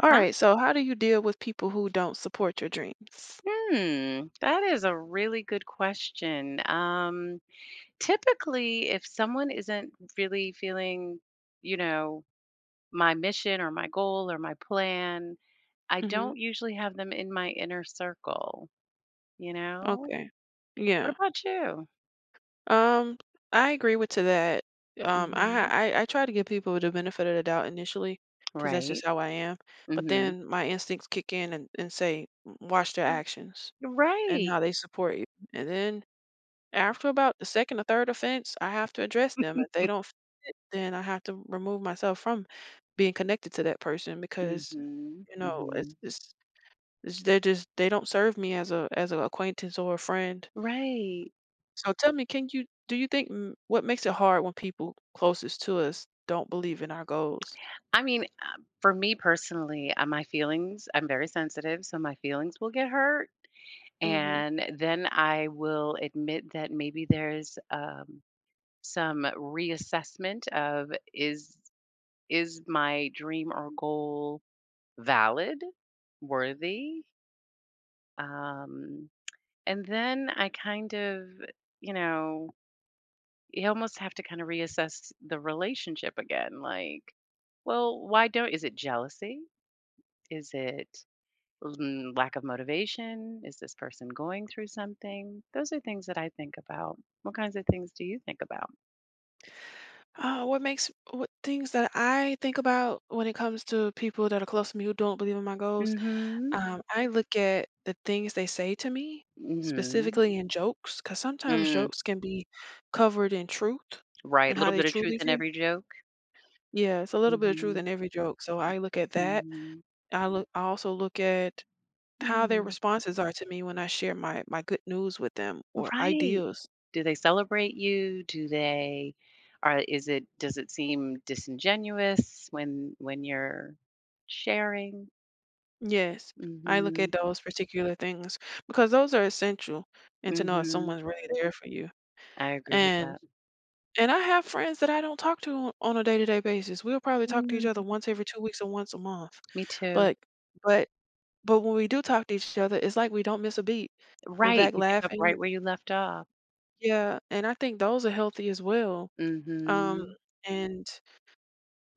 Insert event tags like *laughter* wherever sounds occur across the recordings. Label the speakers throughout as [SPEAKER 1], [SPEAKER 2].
[SPEAKER 1] All
[SPEAKER 2] Huh?
[SPEAKER 1] right, so how do you deal with people who don't support your dreams?
[SPEAKER 2] Hmm, that is a really good question. Typically, if someone isn't really feeling, you know, my mission or my goal or my plan, I
[SPEAKER 1] Mhm.
[SPEAKER 2] don't usually have them in my inner circle, you know?
[SPEAKER 1] Okay.
[SPEAKER 2] What
[SPEAKER 1] Yeah.
[SPEAKER 2] about you?
[SPEAKER 1] Um, I agree with to that. Um,
[SPEAKER 2] Hmm.
[SPEAKER 1] I, I I try to give people the benefit of the doubt initially because that's just
[SPEAKER 2] Right.
[SPEAKER 1] how I am. But
[SPEAKER 2] Hmm.
[SPEAKER 1] then my instincts kick in and say, Watch their actions and
[SPEAKER 2] Right.
[SPEAKER 1] how they support you." And then after about the second or third offense, I have to address them. If they
[SPEAKER 2] *laughs*
[SPEAKER 1] don't fit, then I have to remove myself from being connected to that person because
[SPEAKER 2] Hmm.
[SPEAKER 1] you know
[SPEAKER 2] Hmm.
[SPEAKER 1] it's they're just they don't serve me as a as an acquaintance or a friend.
[SPEAKER 2] Right.
[SPEAKER 1] So tell me, can you do you think mm, what makes it hard when people closest to us don't believe in our goals?
[SPEAKER 2] I mean, for me personally, my feelings, I'm very sensitive, so my feelings will get hurt.
[SPEAKER 1] hmm
[SPEAKER 2] And then I will admit that maybe there's some reassessment of is my dream or goal valid, worthy? Um, and then I kind of, you know, you almost have to kind of reassess the relationship again. Like, well, why don't? Is it jealousy? Is it lack of motivation? Is this person going through something? Those are things that I think about. What kinds of things do you think about?
[SPEAKER 1] what things that I think about when it comes to people that are close to me who don't believe in my goals?
[SPEAKER 2] Mm-hmm.
[SPEAKER 1] I look at the things they say to me,
[SPEAKER 2] Mm-hmm.
[SPEAKER 1] specifically in jokes, because sometimes
[SPEAKER 2] Mm,
[SPEAKER 1] jokes can be covered in truth
[SPEAKER 2] right.
[SPEAKER 1] and
[SPEAKER 2] A
[SPEAKER 1] how
[SPEAKER 2] little
[SPEAKER 1] they
[SPEAKER 2] bit of truth
[SPEAKER 1] truly
[SPEAKER 2] in
[SPEAKER 1] feel.
[SPEAKER 2] every joke.
[SPEAKER 1] Yeah, it's a little bit of truth
[SPEAKER 2] Mm-hmm.
[SPEAKER 1] in every joke. So I look at that.
[SPEAKER 2] Mm-hmm.
[SPEAKER 1] I also look at how their
[SPEAKER 2] Mm,
[SPEAKER 1] responses are to me when I share my good news with them or
[SPEAKER 2] right.
[SPEAKER 1] ideas.
[SPEAKER 2] Do they celebrate you? Do they are is it does it seem disingenuous when you're sharing?
[SPEAKER 1] Yes, I look
[SPEAKER 2] Mm-hmm.
[SPEAKER 1] at those particular things because those are essential and to know if
[SPEAKER 2] Mm-hmm.
[SPEAKER 1] someone's really there for you.
[SPEAKER 2] I agree with
[SPEAKER 1] And
[SPEAKER 2] that.
[SPEAKER 1] and I have friends that I don't talk to on a day-to-day basis. We'll probably talk to each
[SPEAKER 2] Mm,
[SPEAKER 1] other once every 2 weeks or once a month.
[SPEAKER 2] me too.
[SPEAKER 1] But but but when we do talk to each other, it's like we don't miss a beat. We're
[SPEAKER 2] Right,
[SPEAKER 1] back
[SPEAKER 2] you pick up
[SPEAKER 1] laughing.
[SPEAKER 2] right where you left off.
[SPEAKER 1] Yeah, and I think those are healthy as well. Um
[SPEAKER 2] Mm.
[SPEAKER 1] and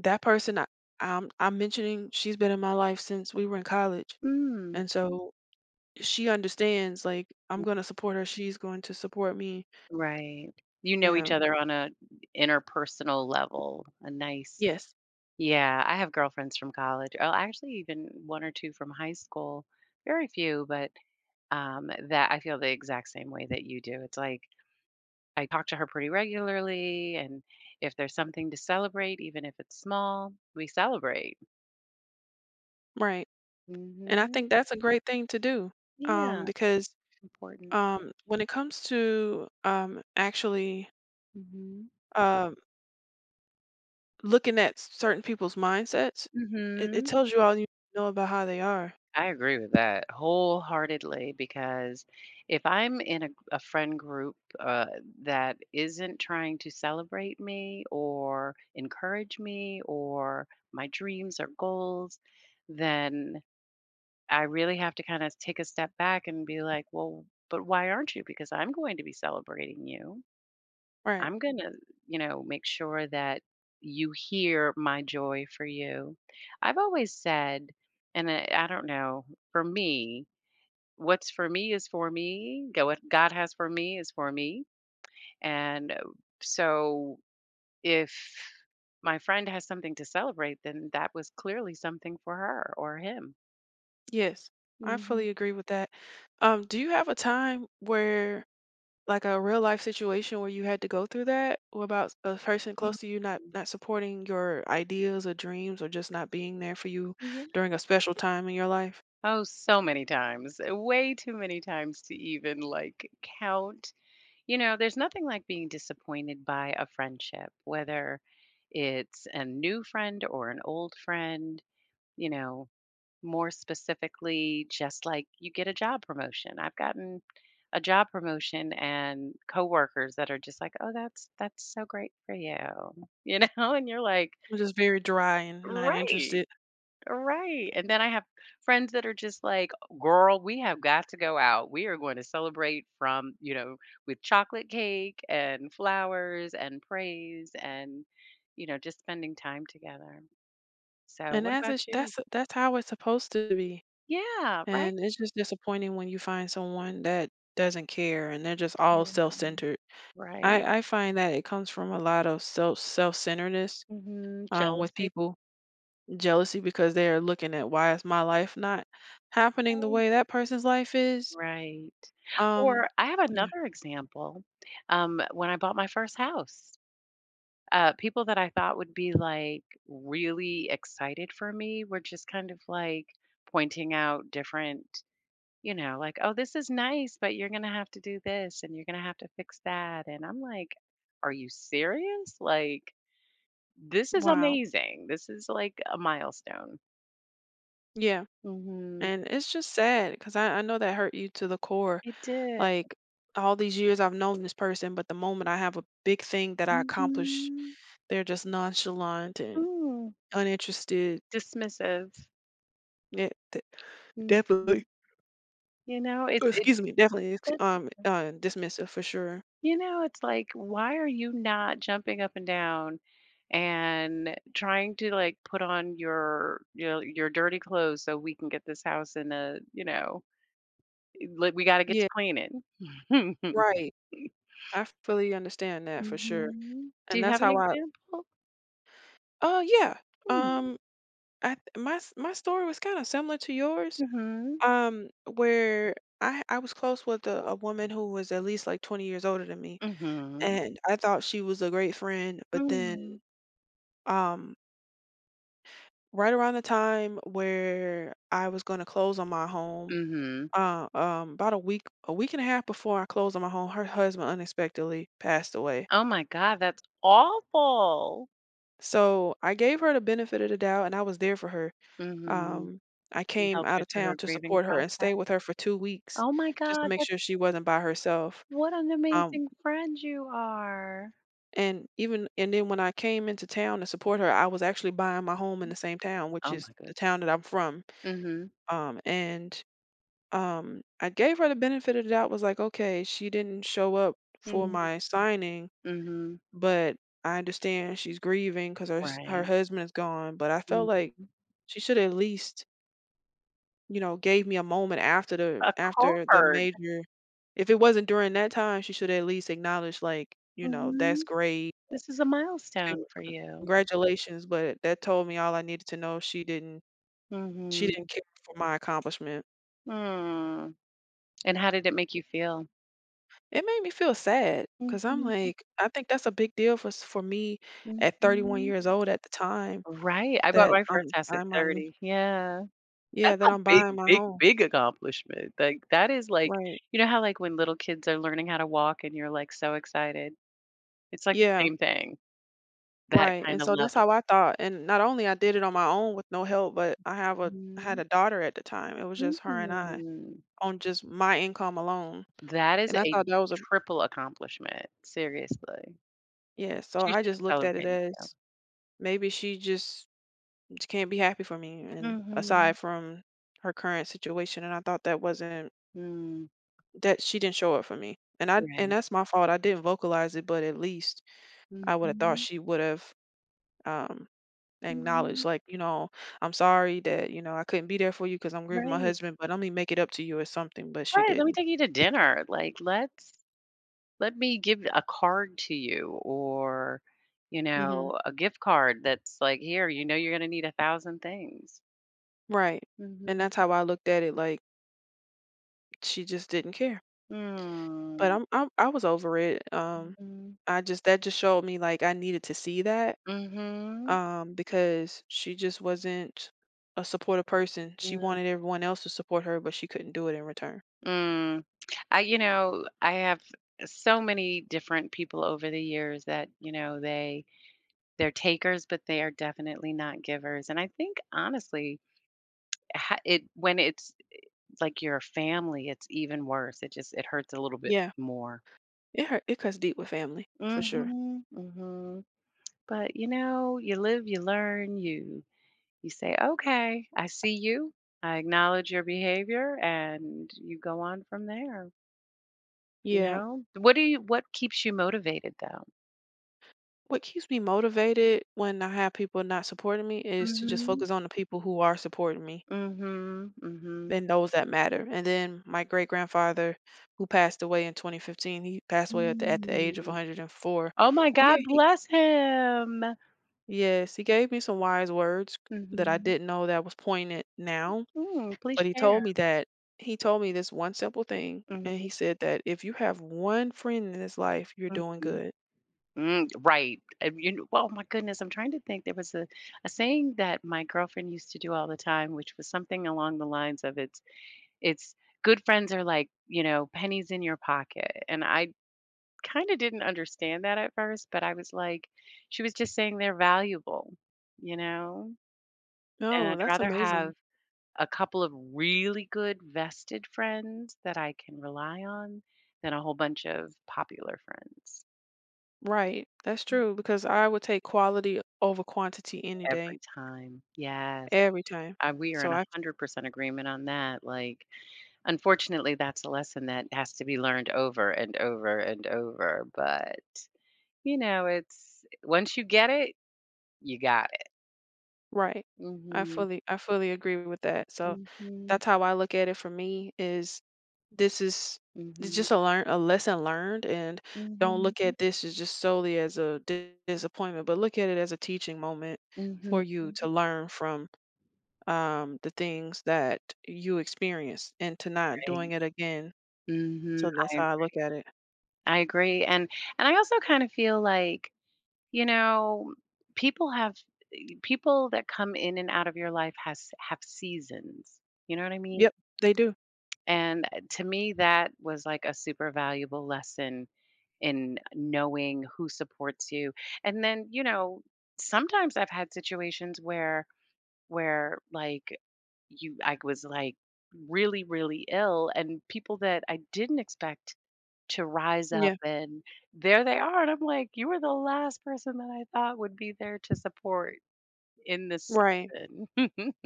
[SPEAKER 1] That person I'm mentioning, she's been in my life since we were in college,
[SPEAKER 2] Mhm.
[SPEAKER 1] and so she understands, like, I'm
[SPEAKER 2] Mm.
[SPEAKER 1] gonna support her, she's going to support me.
[SPEAKER 2] Right. You know each
[SPEAKER 1] Yeah.
[SPEAKER 2] other on a interpersonal level, a nice.
[SPEAKER 1] Yes.
[SPEAKER 2] Yeah, I have girlfriends from college. Oh, actually even 1 or 2 from high school, very few, but, that I feel the exact same way that you do. It's like, I talk to her pretty regularly, and if there's something to celebrate, even if it's small, we celebrate.
[SPEAKER 1] Right.
[SPEAKER 2] Mm.
[SPEAKER 1] And I
[SPEAKER 2] Mhm.
[SPEAKER 1] think that's a great thing to do,
[SPEAKER 2] Yeah,
[SPEAKER 1] because,
[SPEAKER 2] important.
[SPEAKER 1] when it comes to,
[SPEAKER 2] Mm. Mhm.
[SPEAKER 1] um, looking at certain people's mindsets,
[SPEAKER 2] Mm.
[SPEAKER 1] it
[SPEAKER 2] Mhm.
[SPEAKER 1] tells you all you know about how they are.
[SPEAKER 2] I agree with that wholeheartedly because if I'm in a friend group that isn't trying to celebrate me or encourage me or my dreams or goals, then I really have to kind of take a step back and be like, well, but why aren't you? Because I'm going to be celebrating you.
[SPEAKER 1] Right.
[SPEAKER 2] I'm going to, make sure that you hear my joy for you. I've always said, and I don't know, for me, what's for me is for me. Go what God has for me is for me. And so if my friend has something to celebrate, then that was clearly something for her or him.
[SPEAKER 1] Yes. I
[SPEAKER 2] Mhm.
[SPEAKER 1] fully agree with that. Do you have a time where like a real life situation where you had to go through that? What about a person
[SPEAKER 2] Mhm.
[SPEAKER 1] close to you not supporting your ideas or dreams or just not being there for you
[SPEAKER 2] Yeah.
[SPEAKER 1] during a special time in your life?
[SPEAKER 2] Oh, so many times, way too many times to even like count. You know, there's nothing like being disappointed by a friendship, whether it's a new friend or an old friend, you know, more specifically, just like you get a job promotion. I've gotten a job promotion and coworkers that are just like, "Oh, that's so great for you." You know? *laughs* And you're like,
[SPEAKER 1] I'm just very dry and not
[SPEAKER 2] "Right,
[SPEAKER 1] interested.
[SPEAKER 2] right." And then I have friends that are just like, "Girl, we have got to go out. We are going to celebrate from, with chocolate cake and flowers and praise and just spending time together." So,
[SPEAKER 1] And
[SPEAKER 2] what about you?
[SPEAKER 1] that's how it's supposed to be.
[SPEAKER 2] Yeah, right?
[SPEAKER 1] And it's just disappointing when you find someone that doesn't care and they're just
[SPEAKER 2] Yeah,
[SPEAKER 1] all self-centered.
[SPEAKER 2] right.
[SPEAKER 1] I find that it comes from a lot of self-centeredness
[SPEAKER 2] Mhm,
[SPEAKER 1] with
[SPEAKER 2] jealousy.
[SPEAKER 1] people, jealousy because they are looking at why is my life not happening the way
[SPEAKER 2] Right,
[SPEAKER 1] that person's life is.
[SPEAKER 2] right.
[SPEAKER 1] um
[SPEAKER 2] Or I have
[SPEAKER 1] yeah.
[SPEAKER 2] another example, when I bought my first house, people that I thought would be, like, really excited for me were just kind of, like, pointing out different, like, "Oh, this is nice, but you're gonna have to do this, and you're gonna have to fix that," and I'm like, "Are you serious? Like, this is
[SPEAKER 1] Wow.
[SPEAKER 2] amazing. This is, like, a milestone."
[SPEAKER 1] Yeah,
[SPEAKER 2] Mhm.
[SPEAKER 1] and it's just sad because I know that hurt you to the core,
[SPEAKER 2] It did.
[SPEAKER 1] like all these years I've known this person, but the moment I have a big thing that I accomplish,
[SPEAKER 2] Mhm.
[SPEAKER 1] they're just nonchalant and
[SPEAKER 2] Mm.
[SPEAKER 1] uninterested.
[SPEAKER 2] Dismissive.
[SPEAKER 1] yeah, de-
[SPEAKER 2] Mhm.
[SPEAKER 1] Definitely.
[SPEAKER 2] You know,
[SPEAKER 1] *clears throat*
[SPEAKER 2] it's it
[SPEAKER 1] Excuse me.
[SPEAKER 2] that's the thing.
[SPEAKER 1] Dismissive for sure.
[SPEAKER 2] You know, it's like, why are you not jumping up and down and trying to, like, put on your dirty clothes so we can get this house in a you know, like, we gotta get to
[SPEAKER 1] Yeah.
[SPEAKER 2] cleaning. *laughs*
[SPEAKER 1] Right. I fully understand that for sure,
[SPEAKER 2] Mhm. Do
[SPEAKER 1] and
[SPEAKER 2] you
[SPEAKER 1] that's
[SPEAKER 2] have an
[SPEAKER 1] how I
[SPEAKER 2] example?
[SPEAKER 1] Oh, yeah.
[SPEAKER 2] Hmm.
[SPEAKER 1] Um, I th my s My story was kinda similar to yours,
[SPEAKER 2] Mhm.
[SPEAKER 1] where I was close with a woman who was at least, like, 20 years older than me,
[SPEAKER 2] Mhm.
[SPEAKER 1] and I thought she was a great friend, but then,
[SPEAKER 2] Mm.
[SPEAKER 1] um, right around the time where I was gonna close on my home,
[SPEAKER 2] Mhm.
[SPEAKER 1] about a week and a half before I closed on my home, her husband unexpectedly passed away.
[SPEAKER 2] Oh my god, that's awful.
[SPEAKER 1] So, I gave her the benefit of the doubt, and I was there for her.
[SPEAKER 2] Mhm.
[SPEAKER 1] Um, I
[SPEAKER 2] You
[SPEAKER 1] came
[SPEAKER 2] helped
[SPEAKER 1] out
[SPEAKER 2] her
[SPEAKER 1] of
[SPEAKER 2] through
[SPEAKER 1] town
[SPEAKER 2] her
[SPEAKER 1] to
[SPEAKER 2] grieving
[SPEAKER 1] support her and stay
[SPEAKER 2] process?
[SPEAKER 1] with her for 2 weeks
[SPEAKER 2] Oh my
[SPEAKER 1] just to
[SPEAKER 2] god,
[SPEAKER 1] make sure
[SPEAKER 2] that's
[SPEAKER 1] she wasn't by herself.
[SPEAKER 2] what an
[SPEAKER 1] Um,
[SPEAKER 2] amazing friend you are.
[SPEAKER 1] and even and then when I came into town to support her, I was actually buying my home in
[SPEAKER 2] Mm.
[SPEAKER 1] the same town, which
[SPEAKER 2] Oh
[SPEAKER 1] is
[SPEAKER 2] my good
[SPEAKER 1] the town that I'm from.
[SPEAKER 2] Mhm.
[SPEAKER 1] And I gave her the benefit of the doubt, was like, okay, she didn't show up for
[SPEAKER 2] Mm.
[SPEAKER 1] my
[SPEAKER 2] Mhm.
[SPEAKER 1] signing,
[SPEAKER 2] Mhm.
[SPEAKER 1] but I understand she's grieving because her
[SPEAKER 2] Right.
[SPEAKER 1] husband is gone. But I felt
[SPEAKER 2] Mhm.
[SPEAKER 1] like she should at least, you know, gave me a moment after the
[SPEAKER 2] Card.
[SPEAKER 1] major. If it wasn't during that time, she should at least acknowledge, like, you
[SPEAKER 2] Mm.
[SPEAKER 1] know, "That's
[SPEAKER 2] Mhm.
[SPEAKER 1] great.
[SPEAKER 2] This is a
[SPEAKER 1] c-
[SPEAKER 2] milestone for you.
[SPEAKER 1] Congratulations." But that told me all I needed to know.
[SPEAKER 2] Mm.
[SPEAKER 1] She didn't
[SPEAKER 2] Mhm.
[SPEAKER 1] care for my accomplishment.
[SPEAKER 2] Mm. And how did it make you feel?
[SPEAKER 1] It made me feel sad
[SPEAKER 2] Mm.
[SPEAKER 1] because I'm
[SPEAKER 2] Mhm.
[SPEAKER 1] like, I think that's a big deal for for me
[SPEAKER 2] Mm.
[SPEAKER 1] at 31
[SPEAKER 2] Mhm.
[SPEAKER 1] years old at the time
[SPEAKER 2] Right, I bought
[SPEAKER 1] that
[SPEAKER 2] my first
[SPEAKER 1] I'm
[SPEAKER 2] house at
[SPEAKER 1] buying my new,
[SPEAKER 2] 30. Yeah.
[SPEAKER 1] yeah,
[SPEAKER 2] That's
[SPEAKER 1] that
[SPEAKER 2] a
[SPEAKER 1] I'm
[SPEAKER 2] big,
[SPEAKER 1] buying my
[SPEAKER 2] big,
[SPEAKER 1] home.
[SPEAKER 2] big accomplishment. Like, that is like.
[SPEAKER 1] Right.
[SPEAKER 2] You know how, like, when little kids are learning how to walk and you're, like, so excited? It's like the
[SPEAKER 1] Yeah.
[SPEAKER 2] same thing, that
[SPEAKER 1] Right, and
[SPEAKER 2] kinda
[SPEAKER 1] so that's
[SPEAKER 2] level.
[SPEAKER 1] how I thought, and not only I did it on my own with no help, but I had
[SPEAKER 2] Mhm.
[SPEAKER 1] a daughter at the time. It was just her and I
[SPEAKER 2] Mhm.
[SPEAKER 1] on just my income alone,
[SPEAKER 2] That is
[SPEAKER 1] and I
[SPEAKER 2] a
[SPEAKER 1] thought that was a,
[SPEAKER 2] triple accomplishment, seriously.
[SPEAKER 1] yeah, so
[SPEAKER 2] She
[SPEAKER 1] I
[SPEAKER 2] should
[SPEAKER 1] just
[SPEAKER 2] have
[SPEAKER 1] looked at it
[SPEAKER 2] celebrated you.
[SPEAKER 1] as maybe she just can't be happy for me, and aside
[SPEAKER 2] Mhm.
[SPEAKER 1] from her current situation, and I thought that wasn't
[SPEAKER 2] Mm,
[SPEAKER 1] that she didn't show up for me, and
[SPEAKER 2] right.
[SPEAKER 1] that's my fault. I didn't vocalize it, but at least I would have thought
[SPEAKER 2] Mhm.
[SPEAKER 1] she would have um acknowledge,
[SPEAKER 2] Mhm.
[SPEAKER 1] like, you know, I'm sorry that, you know, I couldn't be there for you because I'm grieving my
[SPEAKER 2] Right.
[SPEAKER 1] husband, but I'm gonna make it up to you or something. But she
[SPEAKER 2] Right, "Let me
[SPEAKER 1] didn't.
[SPEAKER 2] take you to dinner," like, "Let me give a card to you," or,
[SPEAKER 1] Hmm.
[SPEAKER 2] a gift card that's like, "Here, you know you're gonna need 1,000 things."
[SPEAKER 1] Right, and
[SPEAKER 2] Mhm.
[SPEAKER 1] that's how I looked at it, like she just didn't care.
[SPEAKER 2] Mm.
[SPEAKER 1] I'm, I was over it.
[SPEAKER 2] Mhm.
[SPEAKER 1] I just, that just showed me, like, I needed to see that
[SPEAKER 2] Mhm.
[SPEAKER 1] because she just wasn't a supportive person. She
[SPEAKER 2] Mm.
[SPEAKER 1] wanted everyone else to support her, but she couldn't do it in return.
[SPEAKER 2] Mm, I have so many different people over the years that, they're takers, but they are definitely not givers. And I think honestly, ha- it when it's like your family, it's even worse. It hurts a little bit
[SPEAKER 1] Yeah,
[SPEAKER 2] more.
[SPEAKER 1] it hurt. It cuts deep with family for
[SPEAKER 2] Mm.
[SPEAKER 1] sure.
[SPEAKER 2] Mhm. Mm. Mhm. But you know, you live, you learn, you say, "Okay, I see you. I acknowledge your behavior," and you go on from there. You
[SPEAKER 1] Yeah.
[SPEAKER 2] know, what keeps you motivated though?
[SPEAKER 1] What keeps me motivated when I have people not supporting me is to just
[SPEAKER 2] Mhm.
[SPEAKER 1] focus on the people who are supporting me
[SPEAKER 2] Mhm. Mhm.
[SPEAKER 1] and those that matter. And then my great grandfather, who passed away in 2015, he passed away at at the age of
[SPEAKER 2] Mm.
[SPEAKER 1] 104.
[SPEAKER 2] Oh my
[SPEAKER 1] He,
[SPEAKER 2] god,
[SPEAKER 1] ga- he,
[SPEAKER 2] bless him.
[SPEAKER 1] yes, he gave me some wise words that I
[SPEAKER 2] Mhm.
[SPEAKER 1] didn't know that was pointed now,
[SPEAKER 2] Mm, please
[SPEAKER 1] but
[SPEAKER 2] share.
[SPEAKER 1] he told me this one simple thing, and he
[SPEAKER 2] Mhm,
[SPEAKER 1] said that if you have one friend in this life, you're doing
[SPEAKER 2] mhm.
[SPEAKER 1] good.
[SPEAKER 2] Mm, right, and you kn well, my goodness, I'm trying to think, there was a saying that my girlfriend used to do all the time, which was something along the lines of it's good friends are like, pennies in your pocket, and I kinda didn't understand that at first, but I was like she was just saying they're valuable, you know, and
[SPEAKER 1] No,
[SPEAKER 2] I'd
[SPEAKER 1] that's
[SPEAKER 2] rather
[SPEAKER 1] amazing.
[SPEAKER 2] have a couple of really good vested friends that I can rely on than a whole bunch of popular friends
[SPEAKER 1] Right. That's true because I would take quality over quantity any day,
[SPEAKER 2] every time. Yes.
[SPEAKER 1] every time.
[SPEAKER 2] We are in
[SPEAKER 1] So I
[SPEAKER 2] 100% agreement on that. Like, unfortunately, that's a lesson that has to be learned over and over and over. But, you know, it's once you get it, you got it.
[SPEAKER 1] Right. I
[SPEAKER 2] Mhm.
[SPEAKER 1] fully I fully agree with that. So
[SPEAKER 2] Mhm.
[SPEAKER 1] that's how I look at it. For me is this is it's
[SPEAKER 2] Mhm.
[SPEAKER 1] just a learn a lesson learned, and don't look
[SPEAKER 2] Mhm.
[SPEAKER 1] at this as just solely as a disappointment, but look at it as a teaching moment for
[SPEAKER 2] Mhm.
[SPEAKER 1] you to learn from, the things that you experienced, and to not
[SPEAKER 2] Right.
[SPEAKER 1] doing it again.
[SPEAKER 2] Mhm.
[SPEAKER 1] So that's
[SPEAKER 2] I
[SPEAKER 1] how I look at it.
[SPEAKER 2] I agree. And I also kind of feel like, you know, people have people that come in and out of your life has have seasons. You know what I mean?
[SPEAKER 1] Yep, they do.
[SPEAKER 2] And to me that was like a super valuable lesson in knowing who supports you. And then, sometimes I've had situations where like you I was like really really ill and people that I didn't expect to rise up and there they are and I'm like, "You were the last person that I thought would be there to support in this
[SPEAKER 1] Right.
[SPEAKER 2] season." *laughs*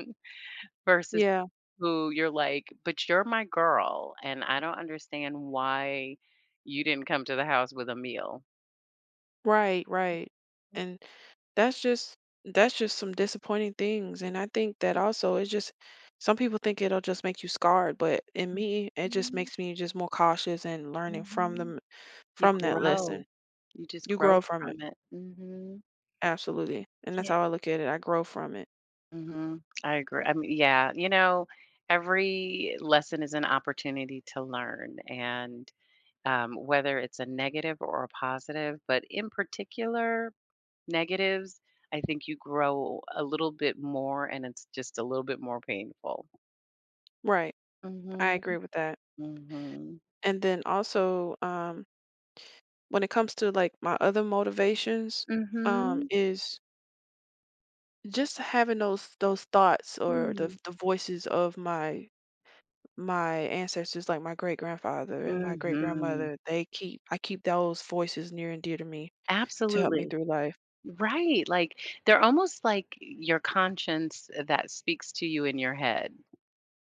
[SPEAKER 2] Versus
[SPEAKER 1] Yeah.
[SPEAKER 2] who you're like, "But you're my girl and I don't understand why you didn't come to the house with a meal."
[SPEAKER 1] Right, right. And that's just, that's just some disappointing things. And I think that also it's just some people think it'll just make you scarred, but in me, it just
[SPEAKER 2] Mhm,
[SPEAKER 1] makes me just more cautious and learning from
[SPEAKER 2] mhm.
[SPEAKER 1] them,
[SPEAKER 2] You
[SPEAKER 1] from that lesson.
[SPEAKER 2] grow. You just
[SPEAKER 1] You
[SPEAKER 2] grow
[SPEAKER 1] grow from it.
[SPEAKER 2] from it. Mhm.
[SPEAKER 1] Absolutely. And that's
[SPEAKER 2] Yeah.
[SPEAKER 1] how I look at it. I grow from it.
[SPEAKER 2] Mhm. I agree. I mean, yeah, every lesson is an opportunity to learn and whether it's a negative or a positive. But in particular, negatives, I think you grow a little bit more and it's just a little bit more painful.
[SPEAKER 1] Right. I
[SPEAKER 2] Mm.
[SPEAKER 1] agree with that.
[SPEAKER 2] Mhm.
[SPEAKER 1] And then also, when it comes to like my other motivations,
[SPEAKER 2] Mm. Mhm.
[SPEAKER 1] is just having those thoughts
[SPEAKER 2] Mm.
[SPEAKER 1] or
[SPEAKER 2] Mhm.
[SPEAKER 1] the voices of my my ancestors, like my great grandfather and my
[SPEAKER 2] Mm.
[SPEAKER 1] great
[SPEAKER 2] Mhm.
[SPEAKER 1] grandmother. They keep, I keep those voices near and dear to me to help me
[SPEAKER 2] Absolutely.
[SPEAKER 1] through life.
[SPEAKER 2] Right. Like they're almost like your conscience that speaks to you in your head,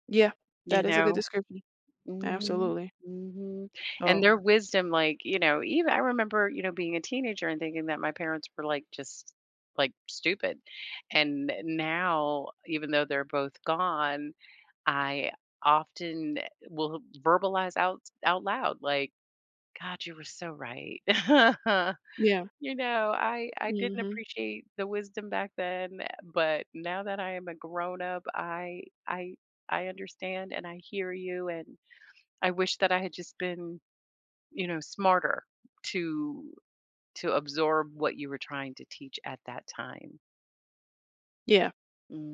[SPEAKER 1] Yeah,
[SPEAKER 2] you
[SPEAKER 1] that is a good
[SPEAKER 2] know?
[SPEAKER 1] description,
[SPEAKER 2] Mhm,
[SPEAKER 1] absolutely.
[SPEAKER 2] mhm, and
[SPEAKER 1] Oh,
[SPEAKER 2] their wisdom, like, even I remember, being a teenager and thinking that my parents were, like, just, like, stupid, and now, even though they're both gone, I often will verbalize out loud, like, "God, you were so right." *laughs*
[SPEAKER 1] yeah.
[SPEAKER 2] You know, I didn't
[SPEAKER 1] Hmm.
[SPEAKER 2] appreciate the wisdom back then, but now that I am a grown up, I understand and I hear you and I wish that I had just been, smarter to to absorb what you were trying to teach at that time.
[SPEAKER 1] Yeah,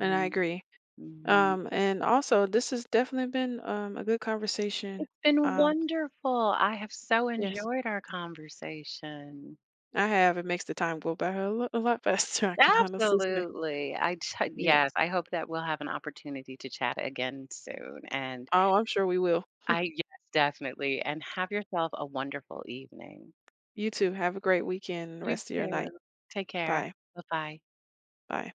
[SPEAKER 1] and I agree.
[SPEAKER 2] Mhm.
[SPEAKER 1] And also this has definitely been a good conversation.
[SPEAKER 2] It's been
[SPEAKER 1] um
[SPEAKER 2] wonderful. I have so
[SPEAKER 1] yes,
[SPEAKER 2] enjoyed our conversation.
[SPEAKER 1] I have. It makes the time go by a a lot faster. *laughs* I can honestly say,
[SPEAKER 2] Absolutely. I t *laughs*
[SPEAKER 1] yeah,
[SPEAKER 2] Yes, I hope that we'll have an opportunity to chat again soon. And
[SPEAKER 1] oh, I'm sure we will.
[SPEAKER 2] I yes, definitely. And have yourself a wonderful evening.
[SPEAKER 1] You too. Have a great weekend,
[SPEAKER 2] You
[SPEAKER 1] rest of your night.
[SPEAKER 2] too. Take care.
[SPEAKER 1] Bye.
[SPEAKER 2] Bye-bye.
[SPEAKER 1] Bye.